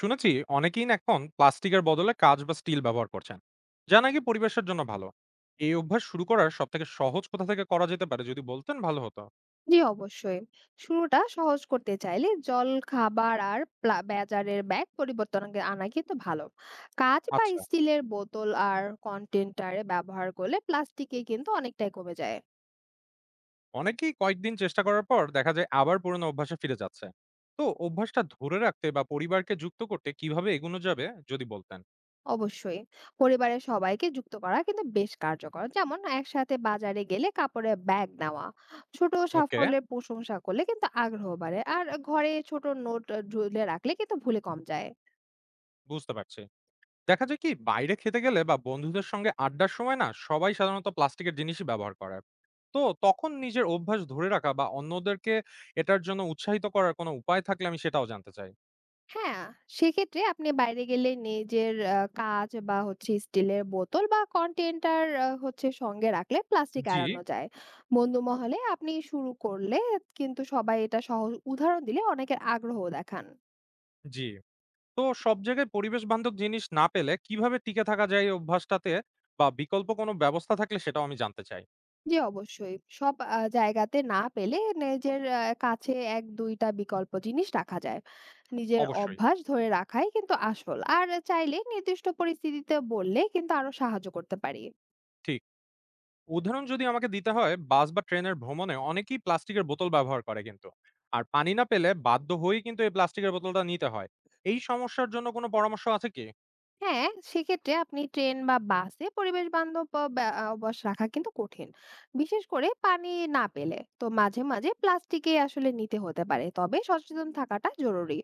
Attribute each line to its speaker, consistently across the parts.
Speaker 1: শুনেছি অনেকেই না এখন প্লাস্টিকের বদলে কাঁচ বা স্টিল ব্যবহার করছেন, যা নাকি পরিবেশের জন্য ভালো। এই অভ্যাস শুরু করার সব থেকে সহজ কোথা থেকে করা যেতে পারে যদি বলতেন ভালো হতো।
Speaker 2: জি, অবশ্যই। শুরুটা সহজ করতে চাইলে জল খাবার আর বাজারের ব্যাগ পরিবর্তন আগে আনা কিন্তু ভালো। কাঁচ বা
Speaker 1: আচ্ছা,
Speaker 2: স্টিলের বোতল আর কন্টেনারে ব্যবহার করলে প্লাস্টিকে কিন্তু অনেকটাই কমে যায়।
Speaker 1: অনেকেই কয়েকদিন চেষ্টা করার পর দেখা যায় আবার পুরোনো অভ্যাসে ফিরে যাচ্ছে। তো অভ্যাসটা ধরে রাখতে বা পরিবারকে যুক্ত করতে কিভাবে এগোনো যাবে যদি বলতেন।
Speaker 2: অবশ্যই, পরিবারের সবাইকে যুক্ত করা কিন্তু বেশ কার্যকর। যেমন একসাথে বাজারে গেলে কাপড়ের ব্যাগ নেওয়া, ছোট
Speaker 1: ওকে,
Speaker 2: সাফল্যের প্রশংসা করলে কিন্তু আগ্রহ বাড়ে, আর ঘরে ছোট নোট ঝুলে রাখলে কিন্তু ভুলে কম যায়।
Speaker 1: বুঝতে পারছি। দেখা যায় কি বাইরে খেতে গেলে বা বন্ধুদের সঙ্গে আড্ডার সময় না সবাই সাধারণত প্লাস্টিকের জিনিসই ব্যবহার করে। তো তখন নিজের অভ্যাস ধরে রাখা বা অন্যদেরকে এটার জন্য উৎসাহিত করার কোনো উপায় থাকলে আমি সেটাও জানতে চাই।
Speaker 2: হ্যাঁ, সেক্ষেত্রে আপনি বাইরে গেলে নিজের কাঁচ বা হচ্ছে স্টিলের বোতল বা কন্টেন্টার হচ্ছে সঙ্গে রাখলে প্লাস্টিক
Speaker 1: জি।
Speaker 2: এড়ানো যায়। বন্ধু মহলে আপনি শুরু করলে কিন্তু সবাই, এটা সহজ উদাহরণ দিলে অনেকের আগ্রহ দেখান।
Speaker 1: জি, তো সব জায়গায় পরিবেশ বান্ধব জিনিস না পেলে কিভাবে টিকে থাকা যায় এই অভ্যাসটাতে, বা বিকল্প কোনো ব্যবস্থা থাকলে সেটাও আমি জানতে চাই।
Speaker 2: জি, অবশ্যই। সব জায়গাতে না পেলে নিজের কাছে ১-২ টা বিকল্প জিনিস রাখা যায়। নিজের
Speaker 1: অবশ্যই।
Speaker 2: অভ্যাস ধরে রাখাই কিন্তু আসল। আর চাইলে নির্দিষ্ট পরিস্থিতিতে বললে কিন্তু আরো সাহায্য করতে পারি।
Speaker 1: ঠিক, উদাহরণ যদি আমাকে দিতে হয়, বাস বা ট্রেনের ভ্রমণে অনেকেই প্লাস্টিকের বোতল ব্যবহার করে কিন্তু, আর পানি না পেলে বাধ্য হয়েই কিন্তু এই প্লাস্টিকের বোতলটা নিতে হয়। এই সমস্যার জন্য কোনো পরামর্শ আছে কি?
Speaker 2: হ্যাঁ, সেক্ষেত্রে আপনি ট্রেন বা বাসে পরিবেশ বান্ধব অ ব্যা অভ্যাস রাখা কিন্তু কঠিন। বিশেষ করে পানি না পেলে। তো মাঝে মাঝে প্লাস্টিকে আসলে নিতে হতে পারে। তবে সচেতন থাকাটা জরুরি।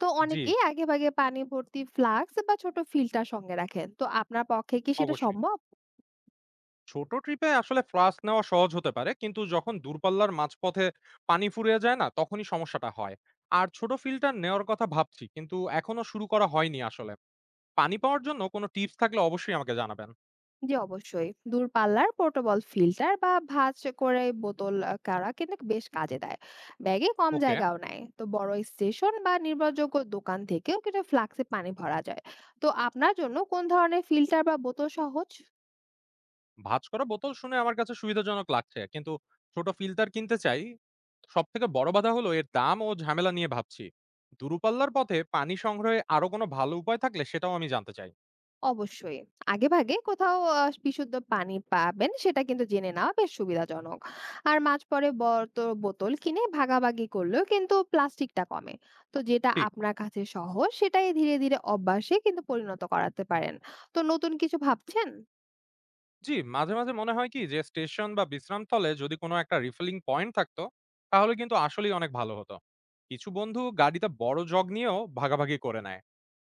Speaker 2: তো
Speaker 1: জি,
Speaker 2: অনেকেই আগেভাগে পানি ভর্তি ফ্লাস্ক বা ছোট ফিল্টার সঙ্গে রাখেন। তো আপনার পক্ষে কি সেটা
Speaker 1: অবশ্যই।
Speaker 2: সম্ভব?
Speaker 1: ছোট ট্রিপে আসলে ফ্লাস্ক নেওয়া সহজ হতে পারে কিন্তু যখন দূরপাল্লার মাঝপথে পানি ফুরিয়ে যায় না তখনই সমস্যাটা হয়। আর ছোট ফিল্টার নেওয়ার কথা ভাবছি কিন্তু এখনো শুরু করা হয়নি আসলে। পানি পাওয়ার জন্য কোনো টিপস থাকলে অবশ্যই আমাকে জানাবেন।
Speaker 2: জি, অবশ্যই। দূরপাল্লার পোর্টেবল ফিল্টার বা ভাঁজ করে বোতল করা কিন্তু বেশ কাজে দেয়। ব্যাগে কম
Speaker 1: ওকে।
Speaker 2: জায়গাও নেয়। তো বড় স্টেশন বা নির্ভরযোগ্য দোকান থেকেও কিন্তু ফ্লাক্সে পানি ভরা যায়। তো আপনার জন্য কোন ধরনের ফিল্টার বা বোতল সহজ?
Speaker 1: ভাঁজ করা বোতল শুনে আমার কাছে সুবিধাজনক লাগছে। কিন্তু ছোট ফিল্টার কিনতে চাই। সবথেকে বড় বাধা হলো এর দাম ও ঝামেলা নিয়ে ভাবছি। দূরপাল্লার পথে পানি সংগ্রহে আরো কোনো ভালো উপায় থাকলে সেটাও আমি জানতে চাই।
Speaker 2: অবশ্যই। আগেভাগে কোথাও বিশুদ্ধ পানি পাবেন সেটা কিন্তু জেনে নেওয়া বেশ সুবিধাজনক। আর মাঝপরে বোতল কিনে ভাগাভাগি করলেও কিন্তু প্লাস্টিকটা কমে। তো যেটা
Speaker 1: ঠিক।
Speaker 2: আপনার কাছে সহজ সেটাই ধীরে ধীরে অভ্যাসে কিন্তু পরিণত করাতে পারেন। তো নতুন কিছু ভাবছেন?
Speaker 1: জি, মাঝে মাঝে মনে হয় কি যে স্টেশন বা বিশ্রামস্থলে যদি কোনো একটা রিফিলিং পয়েন্ট থাকতো, তাহলে কিন্তু আসলেই অনেক ভালো হতো। কিছু বন্ধু গাড়িতে বড় জগ নিয়েও ভাগাভাগি করে নেয়।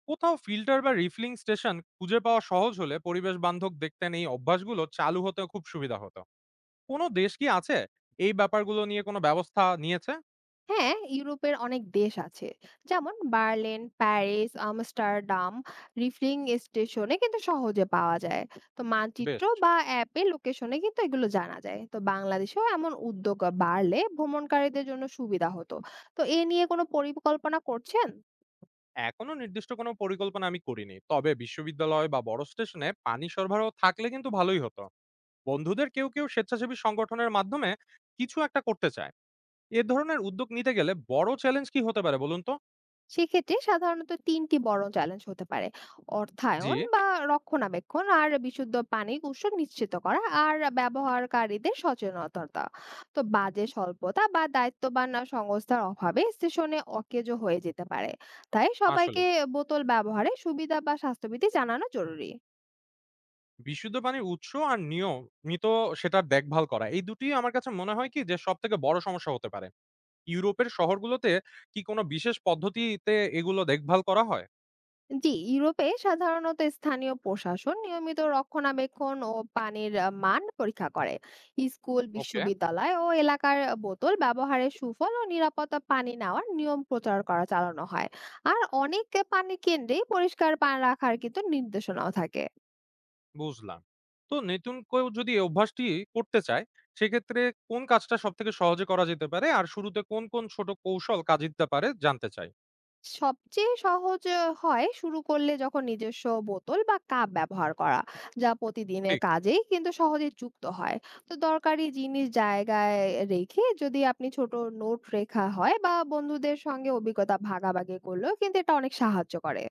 Speaker 1: কোথাও ফিল্টার বা রিফিলিং স্টেশন খুঁজে পাওয়া সহজ হলে পরিবেশ বান্ধব দেখতেন এই অভ্যাসগুলো চালু হতে খুব সুবিধা হতো। কোন দেশ কি আছে এই ব্যাপারগুলো নিয়ে কোন ব্যবস্থা নিয়েছে?
Speaker 2: হ্যাঁ, ইউরোপের অনেক দেশ আছে। যেমন বার্লিন, প্যারিস, আমস্টারডাম। রিফিলিং স্টেশনে কিন্তু সহজে পাওয়া যায়। তো মানচিত্র
Speaker 1: বেশ।
Speaker 2: বা অ্যাপে লোকেশনে কিন্তু এগুলো জানা যায়। তো বাংলাদেশেও এমন উদ্যোগ বাড়লে ভ্রমণকারীদের জন্য সুবিধা হতো। তো এ নিয়ে কোনো পরিকল্পনা করছেন?
Speaker 1: এখনো নির্দিষ্ট কোন পরিকল্পনা আমি করিনি। তবে বিশ্ববিদ্যালয় বা বড় স্টেশনে পানি সরবরাহ থাকলে কিন্তু ভালোই হতো। বন্ধুদের কেউ কেউ স্বেচ্ছাসেবী সংগঠনের মাধ্যমে কিছু একটা করতে চায়। এ ধরনের উদ্যোগ নিতে গেলে বড় চ্যালেঞ্জ কি হতে পারে বলুন তো?
Speaker 2: সেক্ষেত্রে সাধারণত তিনটি বড় চ্যালেঞ্জ হতে পারে:
Speaker 1: জি,
Speaker 2: অর্থায়ন বা রক্ষণাবেক্ষণ, আর বিশুদ্ধ পানির উৎস নিশ্চিত করা, আর ব্যবহারকারীদের সচেতনতা। তো বাজে স্বল্পতা বা দায়িত্ববান সংস্থার অভাবে স্টেশনে অকেজো হয়ে যেতে পারে। তাই সবাইকে
Speaker 1: আসলেই।
Speaker 2: বোতল ব্যবহারে সুবিধা বা স্বাস্থ্যবিধি জানানো জরুরি।
Speaker 1: বিশুদ্ধ পানির উৎস আর নিয়মিত সেটার দেখভাল করা, এই দুটিই আমার কাছে মনে হয় কি যে সবথেকে বড় সমস্যা হতে পারে। ইউরোপের শহরগুলোতে কি কোন বিশেষ পদ্ধতিতে এগুলো দেখভাল করা হয়?
Speaker 2: জি, ইউরোপে সাধারণত স্থানীয় প্রশাসন নিয়মিত রক্ষণাবেক্ষণ ও পানির মান পরীক্ষা করে। স্কুল,
Speaker 1: ওকে,
Speaker 2: বিশ্ববিদ্যালয় ও এলাকার বোতল ব্যবহারের সুফল ও নিরাপত্তা, পানি নেওয়ার নিয়ম প্রচার করা চালানো হয়। আর অনেক পানি কেন্দ্রেই পরিষ্কার পানি রাখার কিন্তু নির্দেশনাও থাকে।
Speaker 1: বুঝলাম। তো নতুন কেউ যদি এই অভ্যাসটি করতে চায়, সেক্ষেত্রে কোন কাজটা সবথেকে সহজে করা যেতে পারে? আর শুরুতে কোন কোন ছোট কৌশল কাজে দিতে পারে জানতে চাই।
Speaker 2: সবচেয়ে সহজ হয় শুরু করলে যখন নিজস্ব বোতল বা কাপ ব্যবহার করা, যা প্রতিদিনের
Speaker 1: ঠিক,
Speaker 2: কাজেই কিন্তু সহজে যুক্ত হয়। তো দরকারি জিনিস জায়গায় রেখে যদি আপনি ছোট নোট রেখা হয় বা বন্ধুদের সঙ্গে অভিজ্ঞতা ভাগাভাগি করলেও কিন্তু এটা অনেক সাহায্য করে।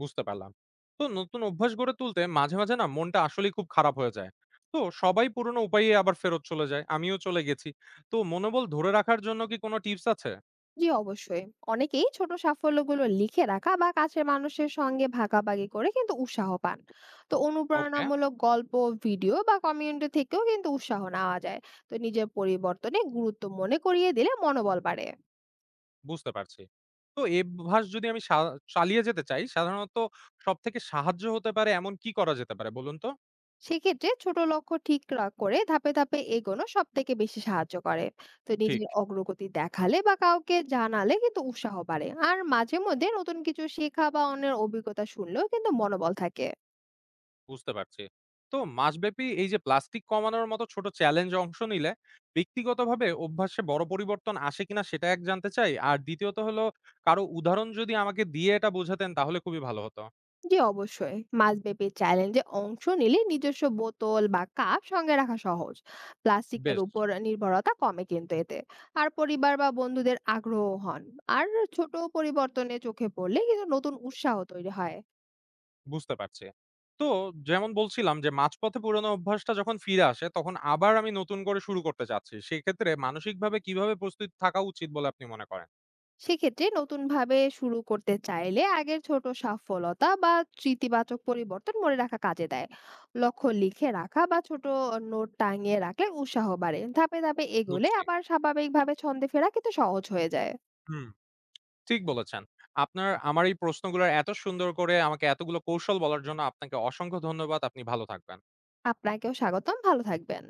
Speaker 1: বুঝতে পারলাম। তো নতুন অভ্যাস গড়ে তুলতে মাঝে মাঝে না মনটা আসলেই খুব খারাপ হয়ে যায়। তো সবাই পুরনো উপায়ে আবার ফেরত চলে যায়। আমিও চলে গেছি। তো মনোবল ধরে রাখার জন্য কি কোনো টিপস আছে?
Speaker 2: জি, অবশ্যই। অনেকেই ছোট সাফল্যগুলো লিখে রাখা বা কাছের মানুষের সঙ্গে ভাগাভাগি করে কিন্তু উৎসাহ পান। তো
Speaker 1: ওকে,
Speaker 2: অনুপ্রেরণামূলক গল্প, ভিডিও বা কমিউনিটি থেকেও কিন্তু উৎসাহ নেওয়া যায়। তো নিজের পরিবর্তনে গুরুত্ব মনে করিয়ে দিলে মনোবল বাড়ে।
Speaker 1: বুঝতে পারছি। তো এই অভ্যাস যদি আমি চালিয়ে যেতে চাই, সাধারণত সবথেকে সাহায্য হতে পারে এমন কি করা যেতে পারে বলুন তো?
Speaker 2: সেক্ষেত্রে ছোট লক্ষ্য ঠিক করে ধাপে ধাপে এগোনো সব থেকে বেশি সাহায্য করে। তো
Speaker 1: ঠিক।
Speaker 2: নিজের অগ্রগতি দেখালে বা কাউকে জানালে কিন্তু উৎসাহ বাড়ে, আর মাঝে মধ্যে নতুন কিছু শেখা বা অন্যের অভিজ্ঞতা শুনলেও কিন্তু মনোবল থাকে।
Speaker 1: বুঝতে পারছি। তো মাসব্যাপী এই যে প্লাস্টিক কমানোর মতো ছোট চ্যালেঞ্জ অংশ নিলে ব্যক্তিগতভাবে অভ্যাসে বড় পরিবর্তন আসে কিনা সেটা এক জানতে চাই। আর দ্বিতীয়ত হলো কারো উদাহরণ যদি আমাকে দিয়ে এটা বোঝাতেন তাহলে খুবই ভালো হতো।
Speaker 2: জি, অবশ্যই। মাসব্যাপী চ্যালেঞ্জে অংশ নিলে নিজস্ব বোতল বা কাপ সঙ্গে রাখা সহজ, প্লাস্টিকের
Speaker 1: বেশ,
Speaker 2: উপর নির্ভরতা কমে কিন্তু এতে। আর পরিবার বা বন্ধুদের আগ্রহ হন, আর ছোট পরিবর্তনে চোখে পড়লে কিন্তু নতুন উৎসাহ তৈরি হয়।
Speaker 1: বুঝতে পারছি। তো যেমন বলছিলাম যে মাঝপথে পুরনো অভ্যাসটা যখন ফিরে আসে তখন আবার আমি নতুন করে শুরু করতে চাচ্ছি। সেক্ষেত্রে মানসিকভাবে কিভাবে প্রস্তুত থাকা উচিত বলে আপনি মনে করেন?
Speaker 2: সেক্ষেত্রে নতুন ভাবে শুরু করতে চাইলে আগের ছোট সফলতা বা স্মৃতিবাচক পরিবর্তন মনে রাখা কাজে দেয়। লক্ষ্য লিখে রাখা বা ছোট নোট টাঙিয়ে রাখলে উৎসাহ বাড়ে। ধাপে ধাপে এগোলে
Speaker 1: বুঝছি।
Speaker 2: আবার স্বাভাবিকভাবে ছন্দে ফেরা কিন্তু সহজ হয়ে যায়।
Speaker 1: হুম। ঠিক বলেছেন। আপনার আমার এই প্রশ্নগুলার এত সুন্দর করে আমাকে এতগুলো কৌশল বলার জন্য আপনাকে অসংখ্য ধন্যবাদ। আপনি ভালো থাকবেন।
Speaker 2: আপনাকেও স্বাগতম। ভালো থাকবেন।